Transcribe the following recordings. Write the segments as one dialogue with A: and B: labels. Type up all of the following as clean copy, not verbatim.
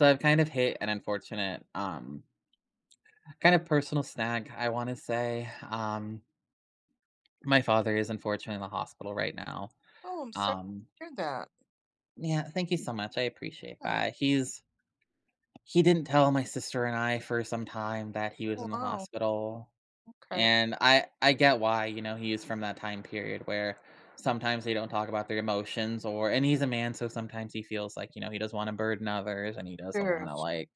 A: So I've kind of hit an unfortunate, kind of personal snag, I want to say. My father is unfortunately in the hospital right now.
B: Oh, I'm sorry
A: Um,
B: to hear that.
A: yeah, thank you so much. I appreciate
B: Yeah.
A: that. He didn't tell my sister and I for some time that he was
B: Oh,
A: in the
B: wow.
A: hospital,
B: Okay.
A: and I get why. You know, he is from that time period where sometimes they don't talk about their emotions, or and he's a man, so sometimes he feels like he doesn't want to burden others, and he doesn't want
B: Sure.
A: to like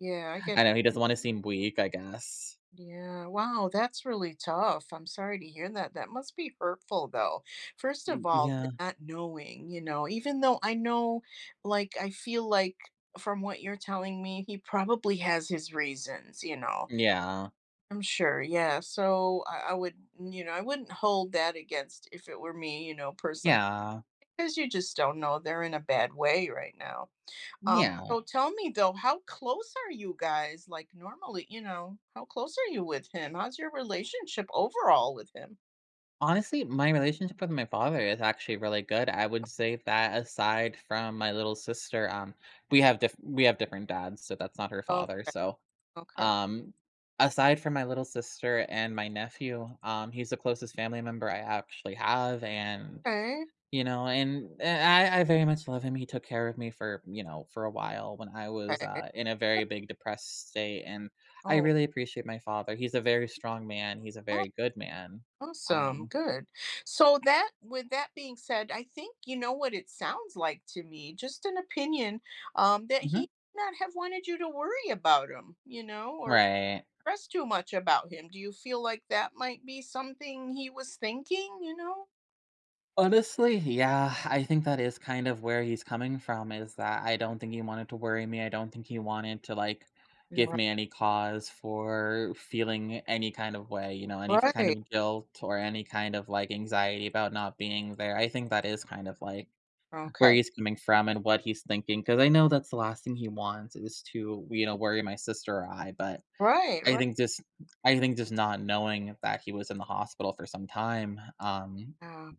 B: Yeah, I get.
A: I know he doesn't want to seem weak, I guess.
B: Yeah. Wow, that's really tough. I'm sorry to hear that. That must be hurtful, though. First of
A: Y-
B: all,
A: Yeah.
B: not knowing, you know, even though I know, like, I feel like from what you're telling me, he probably has his reasons, you know.
A: Yeah.
B: I'm sure. Yeah. So I would, you know, I wouldn't hold that against if it were me, you know, personally,
A: Yeah.
B: because you just don't know. They're in a bad way right now. Um,
A: Yeah.
B: so tell me though, how close are you guys? Like normally, you know, how close are you with him? How's your relationship overall with him?
A: Honestly, my relationship with my father is actually really good. I would say that aside from my little sister, we have different dads, so that's not her father.
B: Okay,
A: So,
B: okay,
A: um, aside from my little sister and my nephew, he's the closest family member I actually have, and
B: okay,
A: you know, I very much love him. He took care of me for, you know, for a while when I was,
B: okay.
A: in a very big depressed state, and I
B: Oh,
A: really appreciate my father. He's a very strong man, he's a
B: aw-
A: very good man.
B: awesome,
A: Um.
B: good. So that, with that being said, I think you know what it sounds like to me. Just an opinion, that he
A: Mhm.
B: may not have wanted you to worry about him, you know, or
A: Right.
B: stress too much about him. Do you feel like that might be something he was thinking? You know,
A: Honestly, yeah, I think that is kind of where he's coming from, is that I don't think he wanted to worry me. I don't think he wanted to like give
B: right?
A: me any cause for feeling any kind of way, you know, kind
B: Right.
A: of guilt or any kind of like anxiety about not being there. I think that is kind of like where
B: Okay.
A: he's coming from and what he's thinking, because I know that's the last thing he wants is to, you know, worry my sister or I, but
B: Right,
A: I
B: right.
A: think just I think just not knowing that he was in the hospital for some time.
B: Yeah.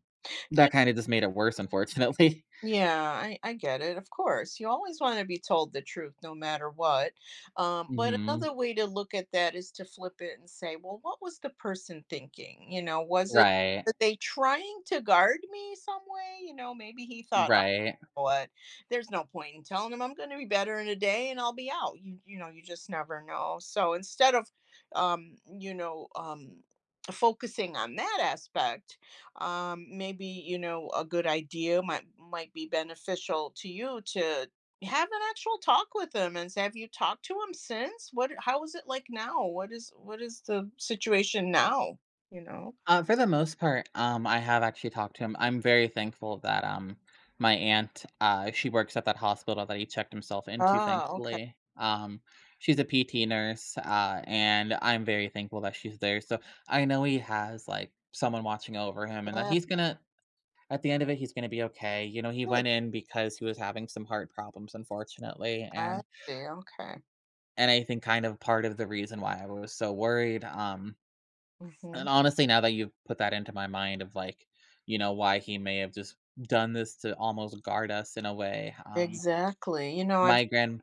B: You-
A: That kinda just made it worse, unfortunately.
B: Yeah, I get it. Of course, you always want to be told the truth no matter what. But
A: Mhm.
B: another way to look at that is to flip it and say, well, what was the person thinking? You know, was it,
A: Right.
B: were they trying to guard me some way? You know, maybe he thought
A: Right.
B: what? There's no point in telling them I'm going to be better in a day and I'll be out. You know, you just never know. So instead of um, you know, um focusing on that aspect, maybe, you know, a good idea might be beneficial to you to have an actual talk with him and say have you talked to him since, what, how is it like now, what is, what is the situation now, you know.
A: For the most part, I have actually talked to him. I'm very thankful that, my aunt, she works at that hospital that he checked himself into,
B: Ah, okay,
A: thankfully. She's a PT nurse, and I'm very thankful that she's there, so I know he has, like, someone watching over him and that
B: yeah,
A: he's gonna at the end of it, he's gonna be okay. You know, he
B: good.
A: went in because he was having some heart problems, unfortunately,
B: I
A: and
B: see, okay.
A: And I think kind of part of the reason why I was so worried, and
B: Hmm.
A: honestly, now that you've put that into my mind of like, you know, why he may have just done this to almost guard us in a way.
B: Exactly. You know, I've
A: My grand,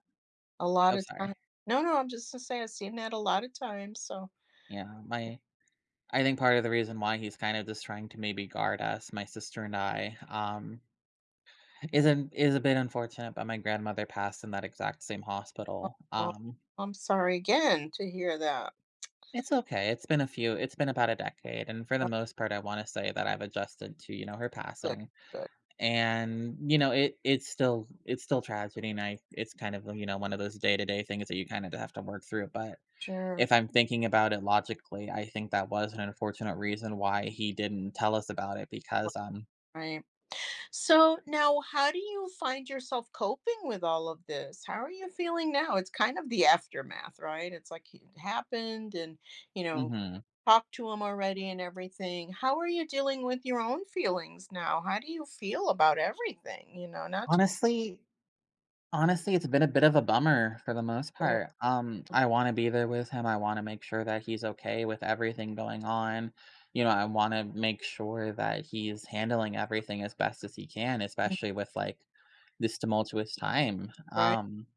B: a lot
A: oh,
B: of
A: sorry.
B: times. No, no, I'm just to say I've seen that a lot of times. So
A: Yeah. I think part of the reason why he's kind of just trying to maybe guard us, my sister and I, isn't is a bit unfortunate, but my grandmother passed in that exact same
B: oh,
A: hospital.
B: oh, I'm sorry again to hear that.
A: It's okay. It's been a few. It's been about a decade, and for the
B: Oh,
A: most part, I want to say that I've adjusted to, you know, her
B: good,
A: passing.
B: good.
A: And, you know, it's still tragedy, and I it's kind of, you know, one of those day-to-day things that you kinda have to work through, but
B: Sure.
A: if I'm thinking about it logically, I think that was an unfortunate reason why he didn't tell us about it, because
B: Right. So now, how do you find yourself coping with all of this? How are you feeling now? It's kind of the aftermath, right? It's like it happened and, you know,
A: mhm.
B: talked to him already and everything. How are you dealing with your own feelings now? How do you feel about everything? You know, not just,
A: Honestly honestly, it's been a bit of a bummer for the most
B: yeah,
A: part. I wanna be there with him, I wanna make sure that he's okay with everything going on. You know, I wanna make sure that he's handling everything as best as he can, especially with, like, this tumultuous time.
B: right.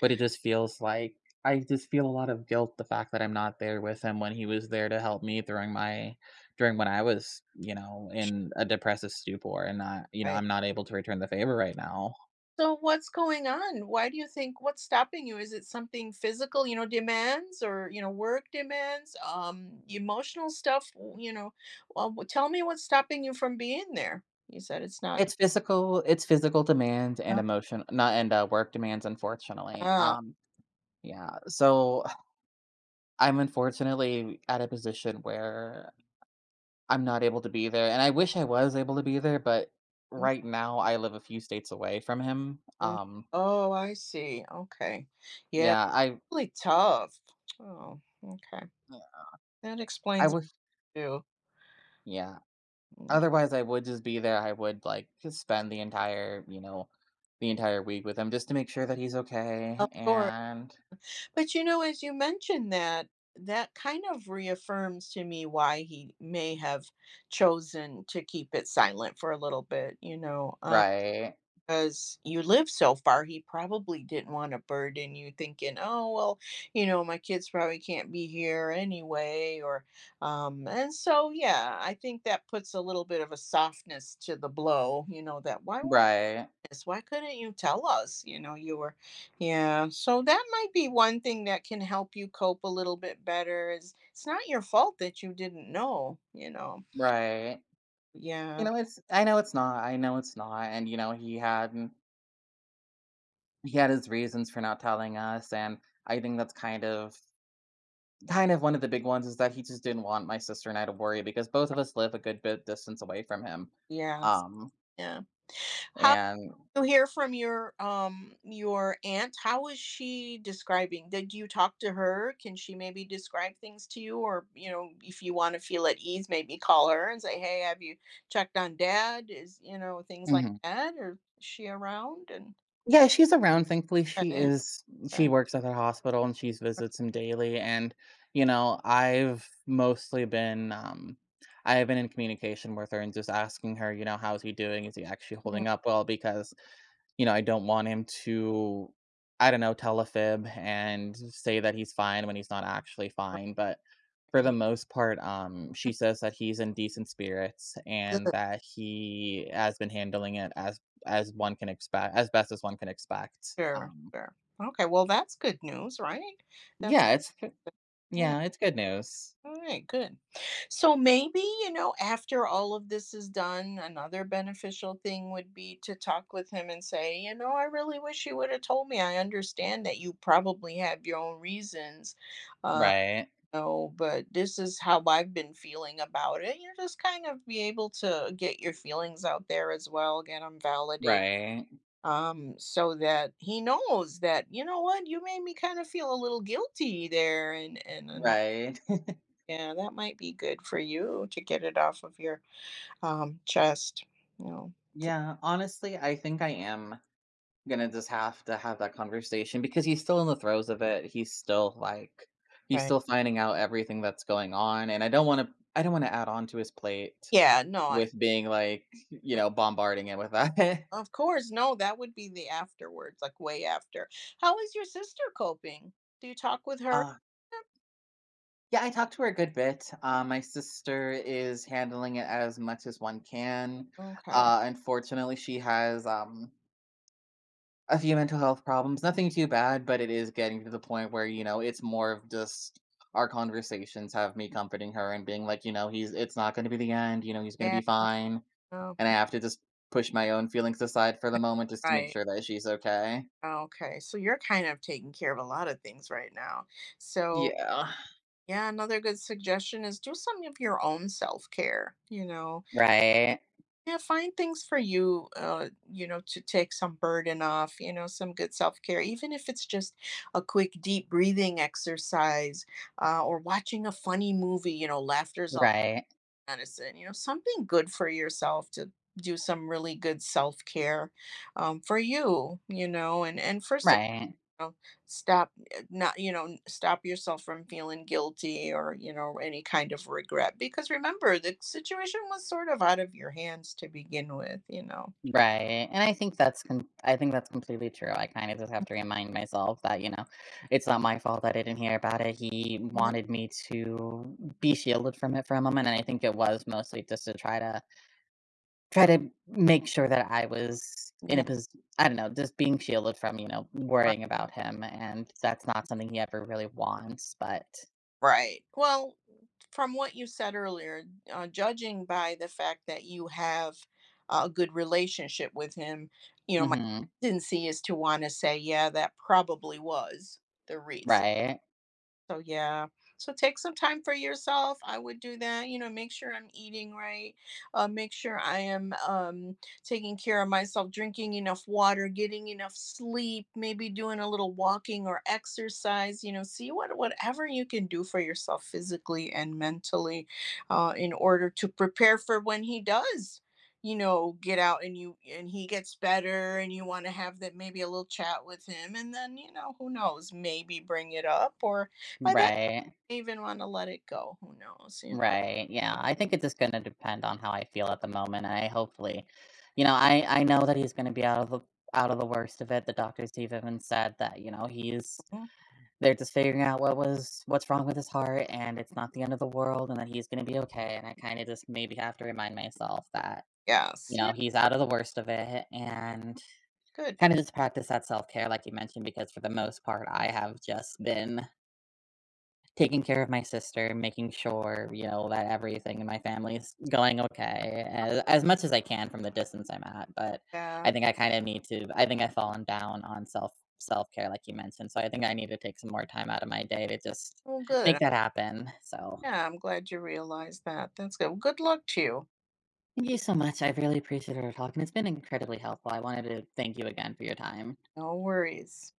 A: But it just feels like I just feel a lot of guilt, the fact that I'm not there with him when he was there to help me during my during when I was, you know, in a depressive stupor, and not, you know,
B: Right.
A: I'm not able to return the favor right now.
B: So what's going on? Why do you think, what's stopping you? Is it something physical, you know, demands or, you know, work demands, emotional stuff, you know, well, tell me what's stopping you from being there. You said it's not.
A: It's physical demands and
B: Uh,
A: emotion, not and work demands. Unfortunately,
B: Ah,
A: yeah. So I'm unfortunately at a position where I'm not able to be there, and I wish I was able to be there, but right now I live a few states away from him.
B: mm-mm. Oh, I see. Okay. Yeah,
A: Yeah,
B: really tough. Oh, okay. That
A: I
B: explains it
A: wish,
B: too.
A: yeah.
B: Mm, yeah.
A: Otherwise, I would just be there. I would like just spend the entire, you know, the entire week with him just to make sure that he's
B: Of
A: okay.
B: course.
A: And
B: But you know, as you mentioned that, that kind of reaffirms to me why he may have chosen to keep it silent for a little bit, you know,
A: right,
B: because you live so far, he probably didn't want to burden you thinking, oh, well, you know, my kids probably can't be here anyway. Or, and so, yeah, I think that puts a little bit of a softness to the blow, you know, that why weren't
A: right,
B: this? Why couldn't you tell us? You know, you were, yeah. So that might be one thing that can help you cope a little bit better. Is it's not your fault that you didn't know. You know,
A: right. You
B: yeah,
A: know, it's I know it's not. I know it's not. And you know, he had his reasons for not telling us, and I think that's kind of one of the big ones is that he just didn't want my sister and I to worry because both of us live a good bit distance away from him.
B: yeah,
A: Um,
B: yeah. How
A: and
B: do you hear from your aunt? How is she describing? Did you talk to her? Can she maybe describe things to you, or you know, if you want to feel at ease, maybe call her and say, "Hey, have you checked on Dad?" Is, you know, things like
A: mhm.
B: that, or is she around and?
A: Yeah, she's around. Thankfully, she is.
B: Okay.
A: She works at the hospital and she visits him daily. And you know, I've mostly been. I have been in communication with her and just asking her, you know, how's he doing? Is he actually
B: Mm,
A: holding up well? Because you know, I don't want him to, I don't know, tell a fib and say that he's fine when he's not actually fine. But for
B: yeah,
A: the most part, she says that he's in decent spirits
B: good.
A: and that he has been handling it as as best as one can expect.
B: Sure, sure. Okay, well, that's good news, right? That's,
A: Yeah, it's
B: yeah.
A: yeah, it's good news.
B: All right, good. So maybe, you know, after all of this is done, another beneficial thing would be to talk with him and say, you know, I really wish you would have told me. I understand that you probably have your own reasons. Uh,
A: Right,
B: no, but this is how I've been feeling about it. You know, just kind of be able to get your feelings out there as well, get them validated,
A: right,
B: so that he knows that you know what, you made me kind of feel a little guilty there, and and all.
A: right.
B: Yeah, that might be good for you to get it off of your, chest. You know,
A: Yeah, honestly, I think I am gonna just have to have that conversation because he's still in the throes of it. He's
B: right?
A: still finding out everything that's going on, and I don't want to add on to his plate
B: Yeah, no, I,
A: with being like, you
B: I
A: know, bombarding it with that.
B: of course, no, that would be the afterwards, like way after. How is your sister coping? Do you talk with her?
A: Uh, yeah, I talked to her a good bit. My sister is handling it as much as one can.
B: Okay.
A: Unfortunately, she has a few mental health problems, nothing too bad, but it is getting to the point where, you know, it's more of just our conversations have me comforting her and being like, you know, he's it's not gonna be the end, you know, he's gonna
B: Yeah.
A: be fine,
B: No,
A: and I have to just push my own feelings aside for the moment just to make
B: right.
A: sure that she's okay.
B: Okay. So you're kind of taking care of a lot of things right now. So
A: Yeah.
B: yeah, another good suggestion is do some of your own self-care, you know.
A: Right.
B: Yeah, find things for you, you know, to take some burden off, you know, some good self-care, even if it's just a quick deep breathing exercise, or watching a funny movie, you know, laughter's all
A: Right.
B: medicine, you know, something good for yourself to do some really good self-care, for you, you know, and first
A: Right.
B: know, stop not, you know, stop yourself from feeling guilty or you know any kind of regret, because remember the situation was sort of out of your hands to begin with, you know.
A: Right, and I think that's com I think that's completely true, I kinda just have to remind myself that, you know, it's not my fault that I didn't hear about it, he
B: No,
A: wanted me to be shielded from it for a moment, and I think it was mostly just to try to try to make sure that I was in
B: yeah,
A: a position. I don't know, just being shielded from, you know,
B: right,
A: worrying about him, and that's not something he ever really wants, but
B: right. Well, from what you said earlier, judging by the fact that you have a good relationship with him, you know, my
A: mhm.
B: tendency is to want to say yeah, that probably was the reason.
A: Right.
B: So yeah, so take some time for yourself. I would do that. You know, make sure I'm eating right. Make sure I am, taking care of myself, drinking enough water, getting enough sleep, maybe doing a little walking or exercise. You know, see what, whatever you can do for yourself physically and mentally, in order to prepare for when he does, you know, get out and you, and he gets better and you want to have that, maybe a little chat with him, and then you know who knows, maybe bring it up, or by that
A: Right.
B: I even want to let it go. Who knows? You
A: Right, yeah, I think it's just gonna depend on how I feel at the moment. I hopefully, you know, I know that he's gonna be out of the worst of it, the doctors have even said that, you know, he's
B: know.
A: they're just figuring out what's wrong with his heart, and it's not the end of the world, and that he's gonna be okay, and I kinda just maybe have to remind myself that, you
B: Yes. Yeah.
A: know, he's out of the worst of it, and
B: Good.
A: kinda just practice that self-care like you mentioned, because for the most part, I have just been taking care of my sister, making sure, you know, that everything in my family is going okay, as much as I can from the distance I'm at, but I
B: Yeah.
A: think I kinda need to I've fallen down on self-care, like you mentioned, so I think I need to take some more time out of my day to just
B: Well, good.
A: make that happen, so,
B: Yeah. I'm glad you realized that. That's good. Well, good luck to you.
A: thank you so much, I really appreciated our talk, and it's been incredibly helpful, I wanted to thank you again for your time.
B: No worries.